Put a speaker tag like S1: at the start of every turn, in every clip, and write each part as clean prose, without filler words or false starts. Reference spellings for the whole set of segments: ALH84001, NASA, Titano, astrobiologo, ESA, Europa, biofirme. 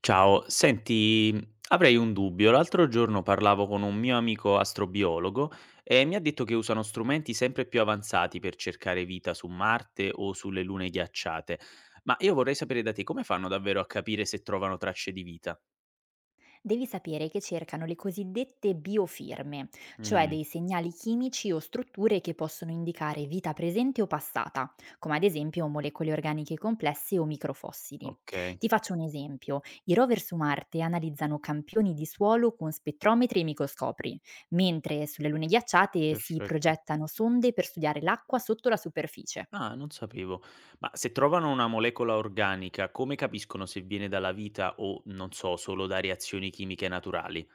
S1: Ciao, senti, avrei un dubbio. L'altro giorno parlavo con un mio amico astrobiologo e mi ha detto che usano strumenti sempre più avanzati per cercare vita su Marte o sulle lune ghiacciate. Ma io vorrei sapere da te come fanno davvero a capire se trovano tracce di vita?
S2: Devi sapere che cercano le cosiddette biofirme, cioè
S1: Mm,
S2: dei segnali chimici o strutture che possono indicare vita presente o passata, come ad esempio molecole organiche complesse o microfossili.
S1: ok,
S2: Ti faccio un esempio: i rover su Marte analizzano campioni di suolo con spettrometri e microscopri, mentre sulle lune ghiacciate si
S1: perfetto.
S2: progettano sonde per studiare l'acqua sotto la superficie.
S1: Ah, non sapevo. Ma se trovano una molecola organica, come capiscono se viene dalla vita o, non so, solo da reazioni chimiche naturali?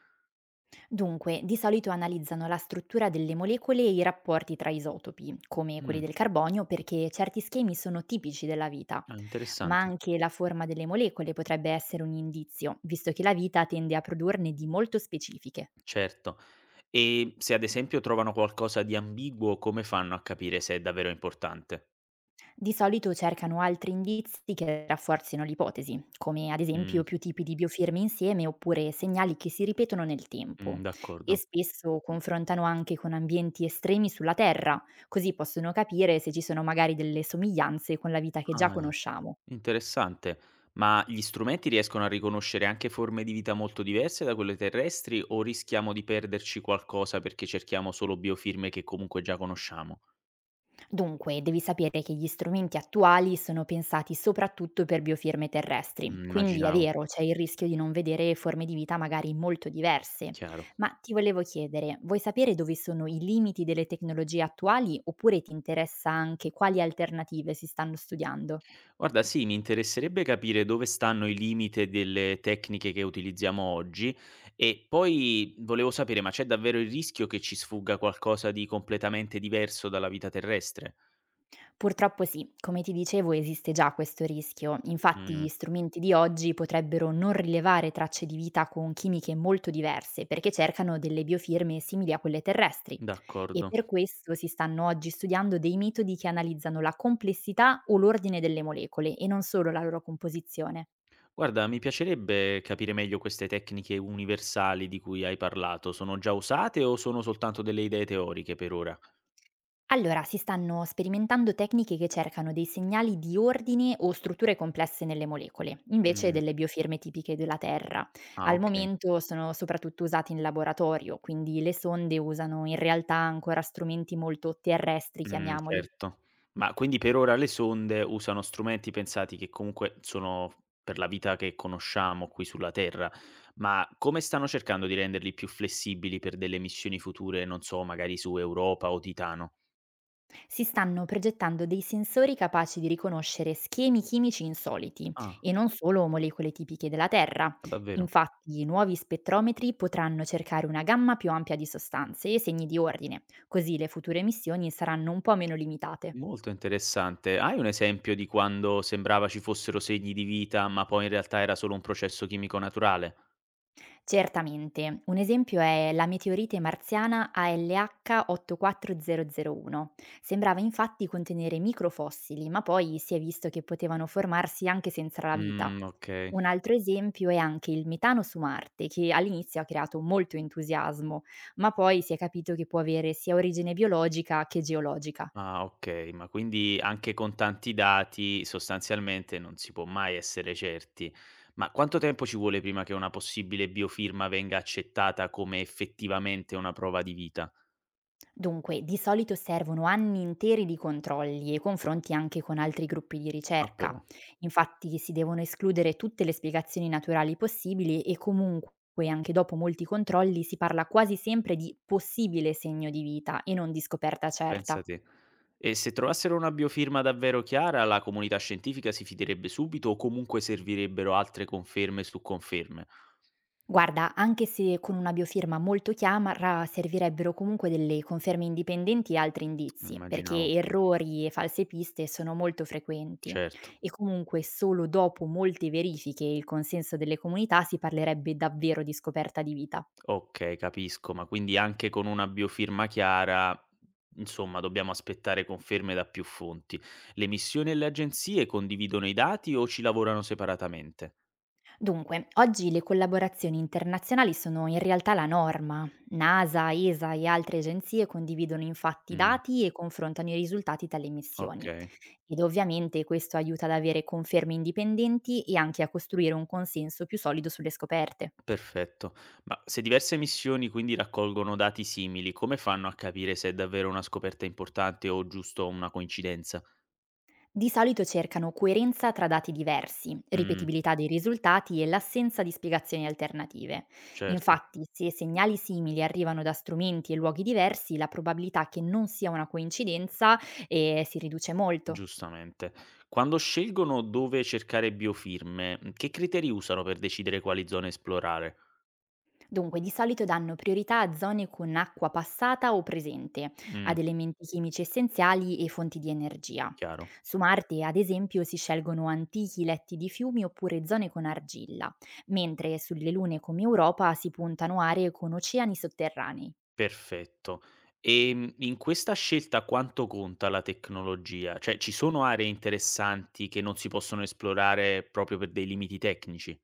S2: Dunque, di solito analizzano la struttura delle molecole e i rapporti tra isotopi, come quelli
S1: Mm,
S2: del carbonio, perché certi schemi sono tipici della vita,
S1: ah,
S2: ma
S1: interessante.
S2: anche la forma delle molecole potrebbe essere un indizio, visto che la vita tende a produrne di molto specifiche.
S1: Certo. E se ad esempio trovano qualcosa di ambiguo, come fanno a capire se è davvero importante?
S2: Di solito cercano altri indizi che rafforzino l'ipotesi, come ad
S1: Mh,
S2: esempio più tipi di biofirme insieme oppure segnali che si ripetono nel tempo e
S1: d'accordo.
S2: spesso confrontano anche con ambienti estremi sulla Terra, così possono capire se ci sono magari delle somiglianze con la vita che già
S1: Ah,
S2: conosciamo.
S1: interessante. Ma gli strumenti riescono a riconoscere anche forme di vita molto diverse da quelle terrestri o rischiamo di perderci qualcosa perché cerchiamo solo biofirme che comunque già conosciamo?
S2: Dunque, devi sapere che gli strumenti attuali sono pensati soprattutto per biofirme terrestri, quindi è
S1: Immaginavo,
S2: vero, c'è il rischio di non vedere forme di vita magari molto diverse.
S1: chiaro.
S2: Ma ti volevo chiedere, vuoi sapere dove sono i limiti delle tecnologie attuali oppure ti interessa anche quali alternative si stanno studiando?
S1: Guarda, sì, mi interesserebbe capire dove stanno i limiti delle tecniche che utilizziamo oggi e poi volevo sapere, ma c'è davvero il rischio che ci sfugga qualcosa di completamente diverso dalla vita terrestre?
S2: Purtroppo sì, come ti dicevo esiste già questo rischio, infatti
S1: Mh,
S2: gli strumenti di oggi potrebbero non rilevare tracce di vita con chimiche molto diverse perché cercano delle biofirme simili a quelle terrestri. E
S1: d'accordo.
S2: per questo si stanno oggi studiando dei metodi che analizzano la complessità o l'ordine delle molecole e non solo la loro composizione.
S1: Guarda, mi piacerebbe capire meglio queste tecniche universali di cui hai parlato. Sono già usate o sono soltanto delle idee teoriche per ora?
S2: Allora, si stanno sperimentando tecniche che cercano dei segnali di ordine o strutture complesse nelle molecole, invece
S1: Mh,
S2: delle biofirme tipiche della Terra.
S1: ah,
S2: Al
S1: ok.
S2: momento sono soprattutto usati in laboratorio, quindi le sonde usano in realtà ancora strumenti molto terrestri, chiamiamoli.
S1: Certo. Ma quindi per ora le sonde usano strumenti pensati che comunque sono per la vita che conosciamo qui sulla Terra, ma come stanno cercando di renderli più flessibili per delle missioni future, non so, magari su Europa o Titano?
S2: Si stanno progettando dei sensori capaci di riconoscere schemi chimici insoliti
S1: Ah,
S2: e non solo molecole tipiche della Terra.
S1: ma davvero?
S2: Infatti, i nuovi spettrometri potranno cercare una gamma più ampia di sostanze e segni di ordine, così le future missioni saranno un po' meno limitate.
S1: Molto interessante. Hai un esempio di quando sembrava ci fossero segni di vita, ma poi in realtà era solo un processo chimico naturale?
S2: Certamente, un esempio è la meteorite marziana ALH84001. Sembrava infatti contenere microfossili, ma poi si è visto che potevano formarsi anche senza la vita.
S1: Okay.
S2: Un altro esempio è anche il metano su Marte, che all'inizio ha creato molto entusiasmo, ma poi si è capito che può avere sia origine biologica che geologica.
S1: Ah, okay, ma quindi anche con tanti dati sostanzialmente non si può mai essere certi. Ma quanto tempo ci vuole prima che una possibile biofirma venga accettata come effettivamente una prova di vita?
S2: Dunque, di solito servono anni interi di controlli e confronti anche con altri gruppi di
S1: Ah però,
S2: ricerca. Infatti si devono escludere tutte le spiegazioni naturali possibili e comunque anche dopo molti controlli si parla quasi sempre di possibile segno di vita e non di scoperta
S1: pensa
S2: certa.
S1: te. E se trovassero una biofirma davvero chiara, la comunità scientifica si fiderebbe subito o comunque servirebbero altre conferme su conferme?
S2: Guarda, anche se con una biofirma molto chiamara servirebbero comunque delle conferme indipendenti e altri indizi, perché
S1: Immaginavo.
S2: errori e false piste sono molto frequenti
S1: Certo.
S2: e comunque solo dopo molte verifiche e il consenso delle comunità si parlerebbe davvero di scoperta di vita.
S1: Okay, capisco, ma quindi anche con una biofirma chiara, insomma, dobbiamo aspettare conferme da più fonti. Le missioni e le agenzie condividono i dati o ci lavorano separatamente?
S2: Dunque, oggi le collaborazioni internazionali sono in realtà la norma. NASA, ESA e altre agenzie condividono infatti
S1: Mh,
S2: dati e confrontano i risultati dalle missioni.
S1: okay,
S2: Ed ovviamente questo aiuta ad avere conferme indipendenti e anche a costruire un consenso più solido sulle scoperte.
S1: perfetto. Ma se diverse missioni quindi raccolgono dati simili, come fanno a capire se è davvero una scoperta importante o giusto una coincidenza?
S2: Di solito cercano coerenza tra dati diversi,
S1: Mh,
S2: ripetibilità dei risultati e l'assenza di spiegazioni alternative.
S1: certo,
S2: Infatti, se segnali simili arrivano da strumenti e luoghi diversi, la probabilità che non sia una coincidenza si riduce molto.
S1: giustamente. Quando scelgono dove cercare biofirme, che criteri usano per decidere quali zone esplorare?
S2: Dunque, di solito danno priorità a zone con acqua passata o presente,
S1: Mh,
S2: ad elementi chimici essenziali e fonti di energia.
S1: chiaro,
S2: Su Marte, ad esempio, si scelgono antichi letti di fiumi oppure zone con argilla, mentre sulle lune come Europa si puntano aree con oceani sotterranei.
S1: perfetto. In questa scelta quanto conta la tecnologia? Cioè, ci sono aree interessanti che non si possono esplorare proprio per dei limiti tecnici?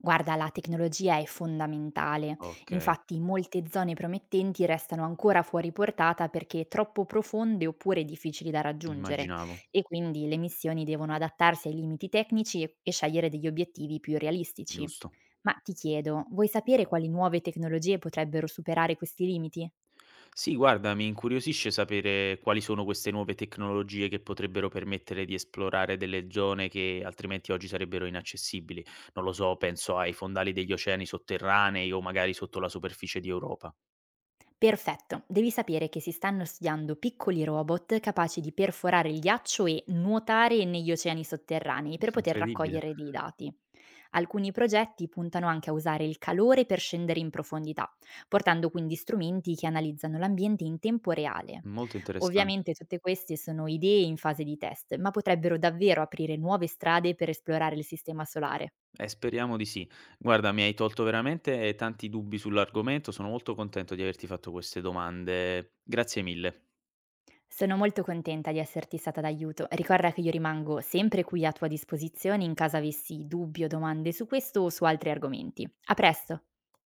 S2: Guarda, la tecnologia è fondamentale.
S1: Okay,
S2: Infatti, molte zone promettenti restano ancora fuori portata perché troppo profonde oppure difficili da raggiungere
S1: immaginavo,
S2: e quindi le missioni devono adattarsi ai limiti tecnici e scegliere degli obiettivi più realistici.
S1: giusto.
S2: Ma ti chiedo, vuoi sapere quali nuove tecnologie potrebbero superare questi limiti?
S1: Sì, guarda, mi incuriosisce sapere quali sono queste nuove tecnologie che potrebbero permettere di esplorare delle zone che altrimenti oggi sarebbero inaccessibili. Non lo so, penso ai fondali degli oceani sotterranei o magari sotto la superficie di Europa.
S2: Perfetto, devi sapere che si stanno studiando piccoli robot capaci di perforare il ghiaccio e nuotare negli oceani sotterranei per poter
S1: Incredibile,
S2: raccogliere dei dati. Alcuni progetti puntano anche a usare il calore per scendere in profondità, portando quindi strumenti che analizzano l'ambiente in tempo reale.
S1: molto interessante.
S2: Ovviamente tutte queste sono idee in fase di test, ma potrebbero davvero aprire nuove strade per esplorare il sistema solare.
S1: Speriamo di sì. Guarda, mi hai tolto veramente tanti dubbi sull'argomento, sono molto contento di averti fatto queste domande. Grazie mille.
S2: Sono molto contenta di esserti stata d'aiuto. Ricorda che io rimango sempre qui a tua disposizione in caso avessi dubbi o domande su questo o su altri argomenti. A presto!